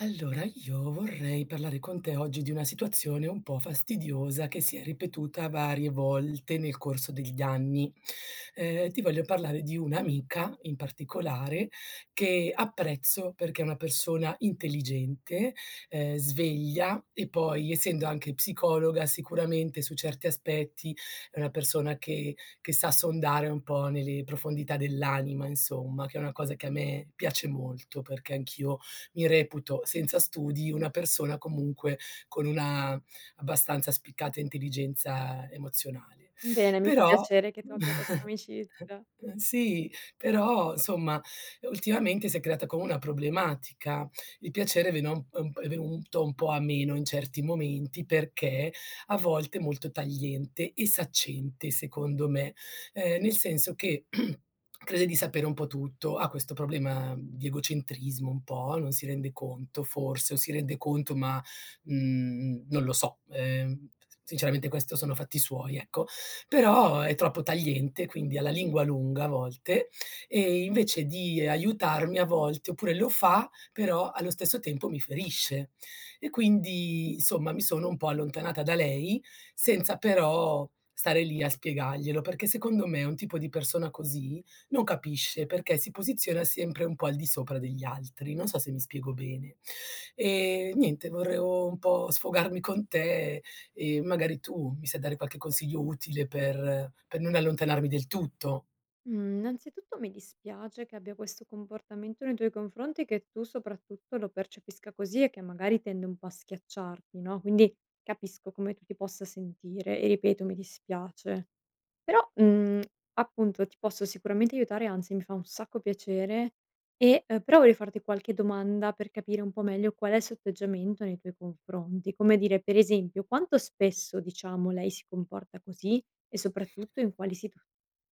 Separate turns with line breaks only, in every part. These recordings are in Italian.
Allora, io vorrei parlare con te oggi di una situazione un po' fastidiosa che si è ripetuta varie volte nel corso degli anni. Ti voglio parlare di un'amica in particolare che apprezzo perché è una persona intelligente, sveglia, e poi essendo anche psicologa sicuramente su certi aspetti è una persona che sa sondare un po' nelle profondità dell'anima insomma, che è una cosa che a me piace molto perché anch'io mi reputo, senza studi, una persona comunque con una abbastanza spiccata intelligenza emozionale.
Bene, mi fa
Però
piacere che tu abbia questa amicizia.
Sì, però insomma, ultimamente si è creata come una problematica. Il piacere vena un è venuto un po' a meno in certi momenti, perché a volte è molto tagliente e saccente, secondo me. Nel senso che crede di sapere un po' tutto, ha questo problema di egocentrismo un po', non si rende conto forse, o si rende conto ma, non lo so. Sinceramente questo sono fatti suoi, ecco. Però è troppo tagliente, quindi ha la lingua lunga a volte, e invece di aiutarmi a volte oppure lo fa, però allo stesso tempo mi ferisce. E quindi, insomma, mi sono un po' allontanata da lei, senza però stare lì a spiegarglielo, perché secondo me un tipo di persona così non capisce, perché si posiziona sempre un po' al di sopra degli altri. Non so se mi spiego bene. Niente, vorrei un po' sfogarmi con te. Magari tu mi sai dare qualche consiglio utile per non allontanarmi del tutto.
Mhmm, innanzitutto mi dispiace che abbia questo comportamento nei tuoi confronti e che tu soprattutto lo percepisca così e che magari tende un po' a schiacciarti, no, quindi capisco come tu ti possa sentire e ripeto mi dispiace. Però, mhmm, appunto ti posso sicuramente aiutare, anzi mi fa un sacco piacere e, però vorrei farti qualche domanda per capire un po' meglio qual è il suo atteggiamento nei tuoi confronti. Come dire, per esempio, quanto spesso, diciamo, lei si comporta così e soprattutto in quali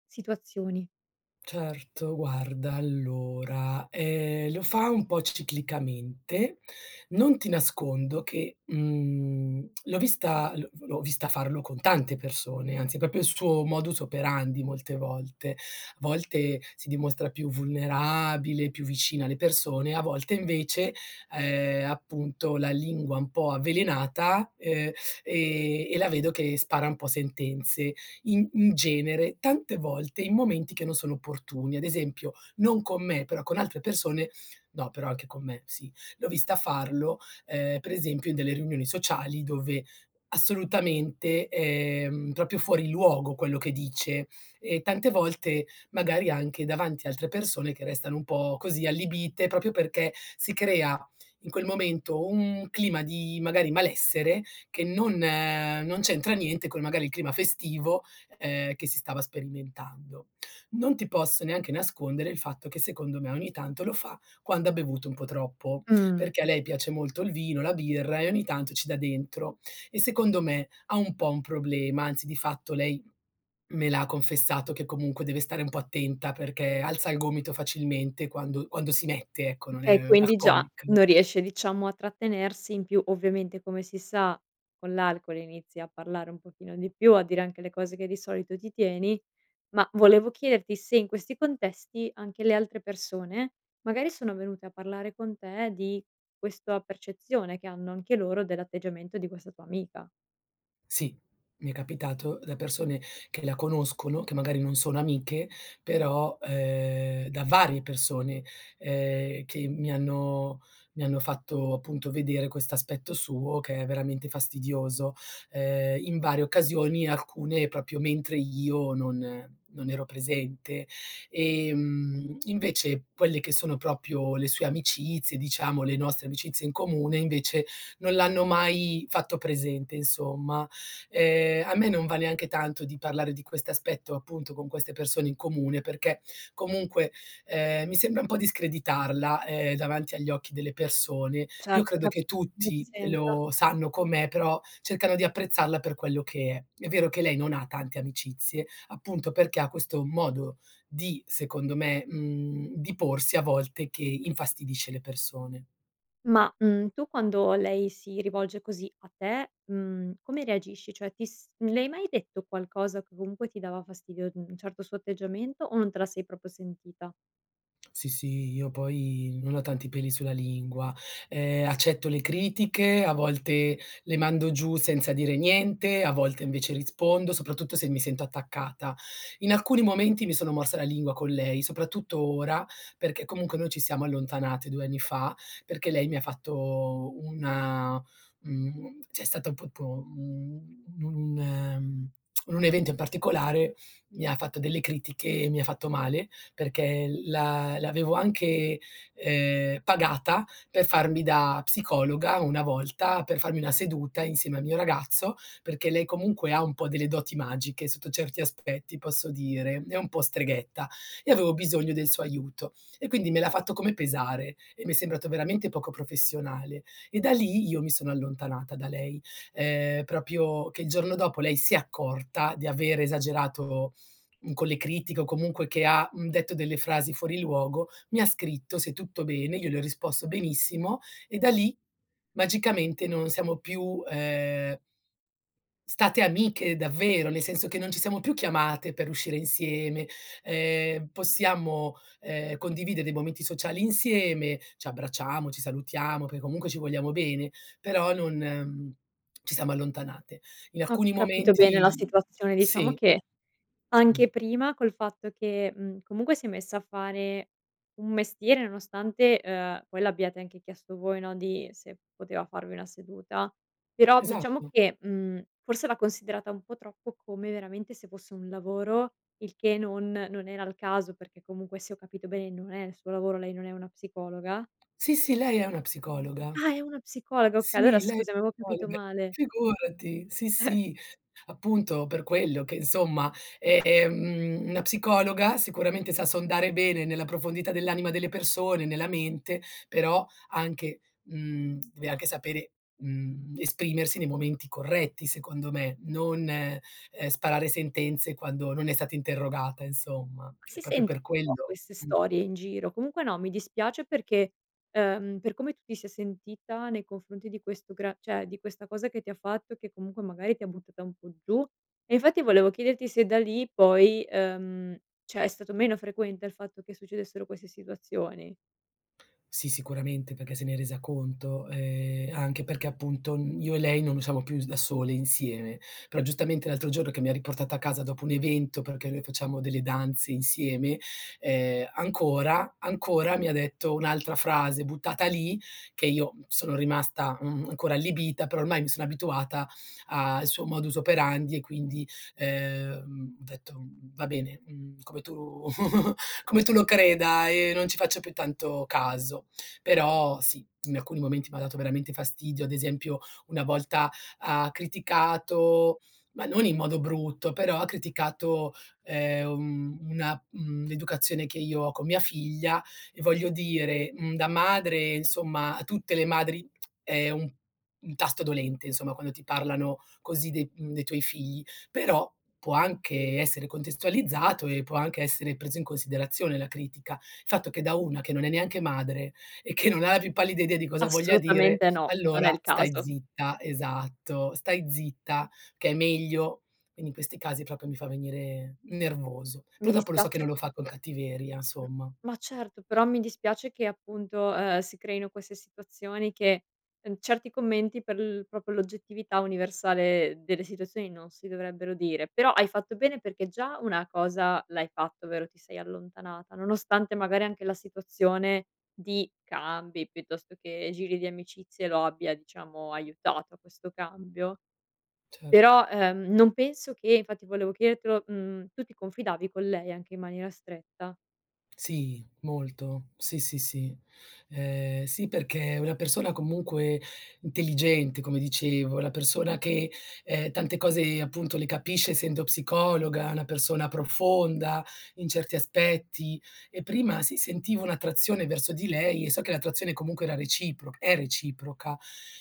situazioni?
Certo, guarda, allora, lo fa un po' ciclicamente. Non ti nascondo che, mhmm, l'ho vista l'ho vista farlo con tante persone, anzi è proprio il suo modus operandi molte volte. A volte si dimostra più vulnerabile, più vicina alle persone, a volte invece, appunto la lingua un po' avvelenata, e la vedo che spara un po' sentenze in genere, tante volte in momenti che non sono opportuni. Ad esempio, non con me, però con altre persone no, però anche con me, sì. L'ho vista farlo, per esempio in delle riunioni sociali dove assolutamente, proprio fuori luogo quello che dice, e tante volte magari anche davanti a altre persone che restano un po' così allibite, proprio perché si crea in quel momento un clima di magari malessere che non c'entra niente con magari il clima festivo che si stava sperimentando. Non ti posso neanche nascondere il fatto che secondo me ogni tanto lo fa quando ha bevuto un po' troppo,
Mh.
perché a lei piace molto il vino, la birra e ogni tanto ci dà dentro. E secondo me ha un po' un problema, anzi di fatto lei me l'ha confessato che comunque deve stare un po' attenta perché alza il gomito facilmente quando si mette, ecco, non
Okay,
è
quindi già
alcolica.
non riesce diciamo a trattenersi, in più ovviamente come si sa con l'alcol inizi a parlare un pochino di più, a dire anche le cose che di solito ti tieni, ma volevo chiederti se in questi contesti anche le altre persone magari sono venute a parlare con te di questa percezione che hanno anche loro dell'atteggiamento di questa tua amica.
Sì, mi è capitato da persone che la conoscono, che magari non sono amiche, però, da varie persone, che mi hanno fatto appunto vedere quest'aspetto suo che è veramente fastidioso, in varie occasioni, alcune proprio mentre io non ero presente. Invece quelle che sono proprio le sue amicizie, diciamo le nostre amicizie in comune, invece non l'hanno mai fatto presente insomma. A me non va neanche tanto di parlare di quest'aspetto, appunto, con queste persone in comune, perché comunque, mi sembra un po' discreditarla, davanti agli occhi delle persone. Io
Certo,
credo che
capi. Come ti
tutti
senti?
lo sanno com'è, però cercano di apprezzarla per quello che è. È vero che lei non ha tante amicizie, appunto perché ha questo modo di, secondo me, mhmm, di porsi a volte che infastidisce le persone.
Ma, mhmm, tu quando lei si rivolge così a te, mhmm, come reagisci? Cioè ti s le hai mai detto qualcosa che comunque ti dava fastidio, mhmm, un certo suo atteggiamento o non te la sei proprio sentita?
Sì, sì, io poi non ho tanti peli sulla lingua, accetto le critiche, a volte le mando giù senza dire niente, a volte invece rispondo, soprattutto se mi sento attaccata. In alcuni momenti mi sono morsa la lingua con lei, soprattutto ora, perché comunque noi ci siamo allontanate 2 anni fa, perché lei mi ha fatto una, mhmm, c'è stato un po' un un ehm, un evento in particolare, mi ha fatto delle critiche e mi ha fatto male perché la l'avevo anche, pagata per farmi da psicologa una volta, per farmi una seduta insieme al mio ragazzo, perché lei comunque ha un po' delle doti magiche sotto certi aspetti, posso dire, è un po' streghetta e avevo bisogno del suo aiuto. E quindi me l'ha fatto come pesare e mi è sembrato veramente poco professionale. E da lì io mi sono allontanata da lei, proprio che il giorno dopo lei si è accorta di aver esagerato, mhmm, con le critiche o comunque che ha, mhmm, detto delle frasi fuori luogo, mi ha scritto se tutto bene, io le ho risposto benissimo, e da lì magicamente non siamo più, state amiche davvero, nel senso che non ci siamo più chiamate per uscire insieme. Possiamo, condividere dei momenti sociali insieme, ci abbracciamo, ci salutiamo, perché comunque ci vogliamo bene, però non, mhmm, ci siamo allontanate. In
Ho
alcuni
capito bene la
momenti
situazione, diciamo
sì,
che.
mh,
Anche prima col fatto che, mhmm, comunque si è messa a fare un mestiere nonostante, poi l'abbiate anche chiesto voi, no, di se poteva farvi una seduta, però diciamo
esatto.
che, mhmm, forse l'ha considerata un po' troppo come veramente se fosse un lavoro, il che non era il caso, perché comunque se ho capito bene non è il suo lavoro, lei non è una psicologa.
Sì, sì, lei è una psicologa.
Ah, è una psicologa, okay, allora
Sì, lei è
scusami avevo capito
psicologa,
male.
figurati. Sì, sì, appunto per quello che insomma, una psicologa sicuramente sa sondare bene nella profondità dell'anima delle persone, nella mente, però anche, mhmm, deve anche sapere, mhmm, esprimersi nei momenti corretti secondo me, non, sparare sentenze quando non è stata interrogata insomma.
Ma
È
si
proprio
sento
per
un po'
quello.
queste
Mh.
storie in giro. Comunque no, mi dispiace perché, per come tu ti sei sentita nei confronti di questo gra cioè di questa cosa che ti ha fatto, che comunque magari ti ha buttata un po' giù. E infatti volevo chiederti se da lì poi, cioè è stato meno frequente il fatto che succedessero queste situazioni.
Sì, sicuramente, perché se n'è resa conto, anche perché appunto, mhmm, io e lei non usciamo più s da sole insieme, però giustamente l'altro giorno che mi ha riportato a casa dopo un evento, perché noi facciamo delle danze insieme, ancora mi ha detto un'altra frase buttata lì, che io, mhmm, sono rimasta, mhmm, ancora allibita, però ormai mi sono abituata al suo modus operandi e quindi, ho detto: "Va bene, mhmm, come tu lo creda", e non ci faccio più tanto caso. Però sì, in alcuni momenti m'ha dato veramente fastidio, ad esempio una volta ha criticato, ma non in modo brutto, però ha criticato, un una, mhmm, l'educazione che io ho con mia figlia, e voglio dire, mhmm, da madre, insomma, a tutte le madri è un tasto dolente, insomma, quando ti parlano così dei, mhmm, dei tuoi figli, però può anche essere contestualizzato e può anche essere preso in considerazione la critica. Il fatto che da una che non è neanche madre e che non ha la più pallida idea di cosa voglia dire,
Assolutamente no, non è
allora
il
stai
caso.
zitta, esatto, stai zitta che è meglio. Quindi in questi casi proprio mi fa venire nervoso.
Mi
Però dopo lo so che non
dispiace.
lo fa con cattiveria,
Mh,
insomma.
ma certo, però mi dispiace che appunto, si creino queste situazioni che, certi commenti per l proprio l'oggettività universale delle situazioni non si dovrebbero dire. Però hai fatto bene perché già una cosa l'hai fatto, ovvero ti sei allontanata, nonostante magari anche la situazione di cambi, piuttosto che giri di amicizie lo abbia, diciamo, aiutato a questo cambio.
Certo.
Però, non penso che infatti volevo chiedertelo, mhmm, tu ti confidavi con lei anche in maniera stretta?
Sì, molto. Sì, sì, sì. Sì, perché è una persona comunque intelligente, come dicevo, una persona che, tante cose appunto le capisce essendo psicologa, una persona profonda in certi aspetti. E prima sì, sentivo un'attrazione verso di lei e so che l'attrazione comunque era recipro è reciproca.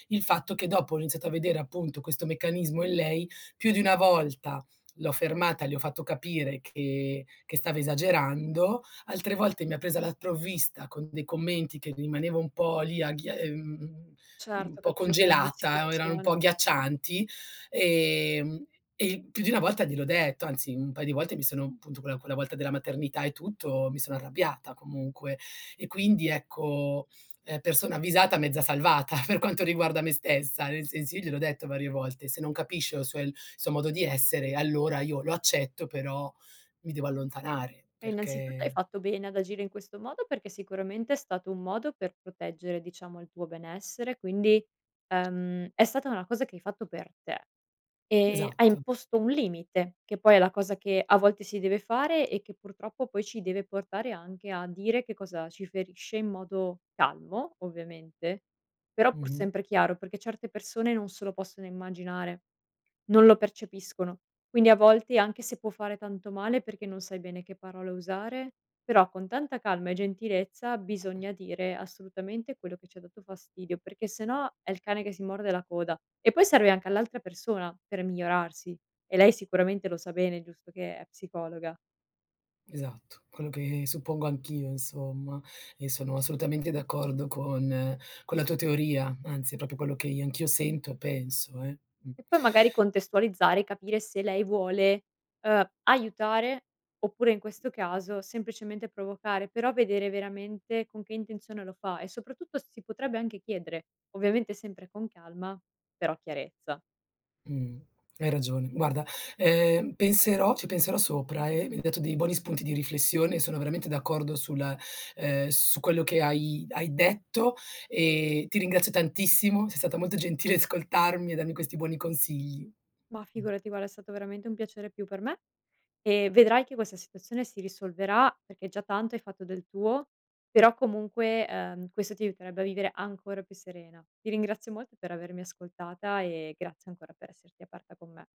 Il fatto che dopo ho iniziato a vedere appunto questo meccanismo in lei, più di una volta l'ho fermata, le ho fatto capire che stava esagerando. Altre volte mi ha presa la provvista con dei commenti che rimanevo un po' lì aghia
Certo,
un
ho
po'
capito bene la
congelata, erano un
situazione.
po' agghiaccianti, ehm, e più di una volta gliel'ho detto, anzi un paio di volte mi sono appunto quella volta della maternità e tutto, mi sono arrabbiata comunque. E quindi ecco, persona avvisata, mezza salvata per quanto riguarda me stessa, nel senso io gliel'ho detto varie volte: "Se non capisce il suo modo di essere, allora io lo accetto, però mi devo allontanare
E innanzitutto hai
perché".
fatto bene ad agire in questo modo perché sicuramente è stato un modo per proteggere, diciamo, il tuo benessere, quindi, è stata una cosa che hai fatto per te. E hai
Esatto,
imposto un limite, che poi è la cosa che a volte si deve fare e che purtroppo poi ci deve portare anche a dire che cosa ci ferisce in modo calmo, ovviamente, però pur
mh-mh,
sempre chiaro, perché certe persone non se lo possono immaginare. Non lo percepiscono. Quindi a volte, anche se può fare tanto male perché non sai bene che parole usare, però con tanta calma e gentilezza bisogna dire assolutamente quello che ci ha dato fastidio, perché se no è il cane che si morde la coda. E poi serve anche all'altra persona per migliorarsi e lei sicuramente lo sa bene, giusto che è psicologa.
esatto. Quello che suppongo anch'io insomma, e sono assolutamente d'accordo con la tua teoria, anzi è proprio quello che io anch'io sento e penso, eh. Mh.
E poi magari contestualizzare, capire se lei vuole, aiutare oppure in questo caso semplicemente provocare, però vedere veramente con che intenzione lo fa e soprattutto si potrebbe anche chiedere, ovviamente sempre con calma, però chiarezza.
Mh, hai ragione. Guarda, penserò ci penserò sopra e mi hai dato dei buoni spunti di riflessione, e sono veramente d'accordo sulla, su quello che hai detto, e ti ringrazio tantissimo, sei stata molto gentile ascoltarmi e darmi questi buoni consigli.
Ma
Mh.
figurati, guarda, è stato veramente un piacere più per me e vedrai che questa situazione si risolverà, perché già tanto hai fatto del tuo, però comunque, questo ti aiuterebbe a vivere ancora più serena. Ti ringrazio molto per avermi ascoltata e grazie ancora per esserti aperta con me.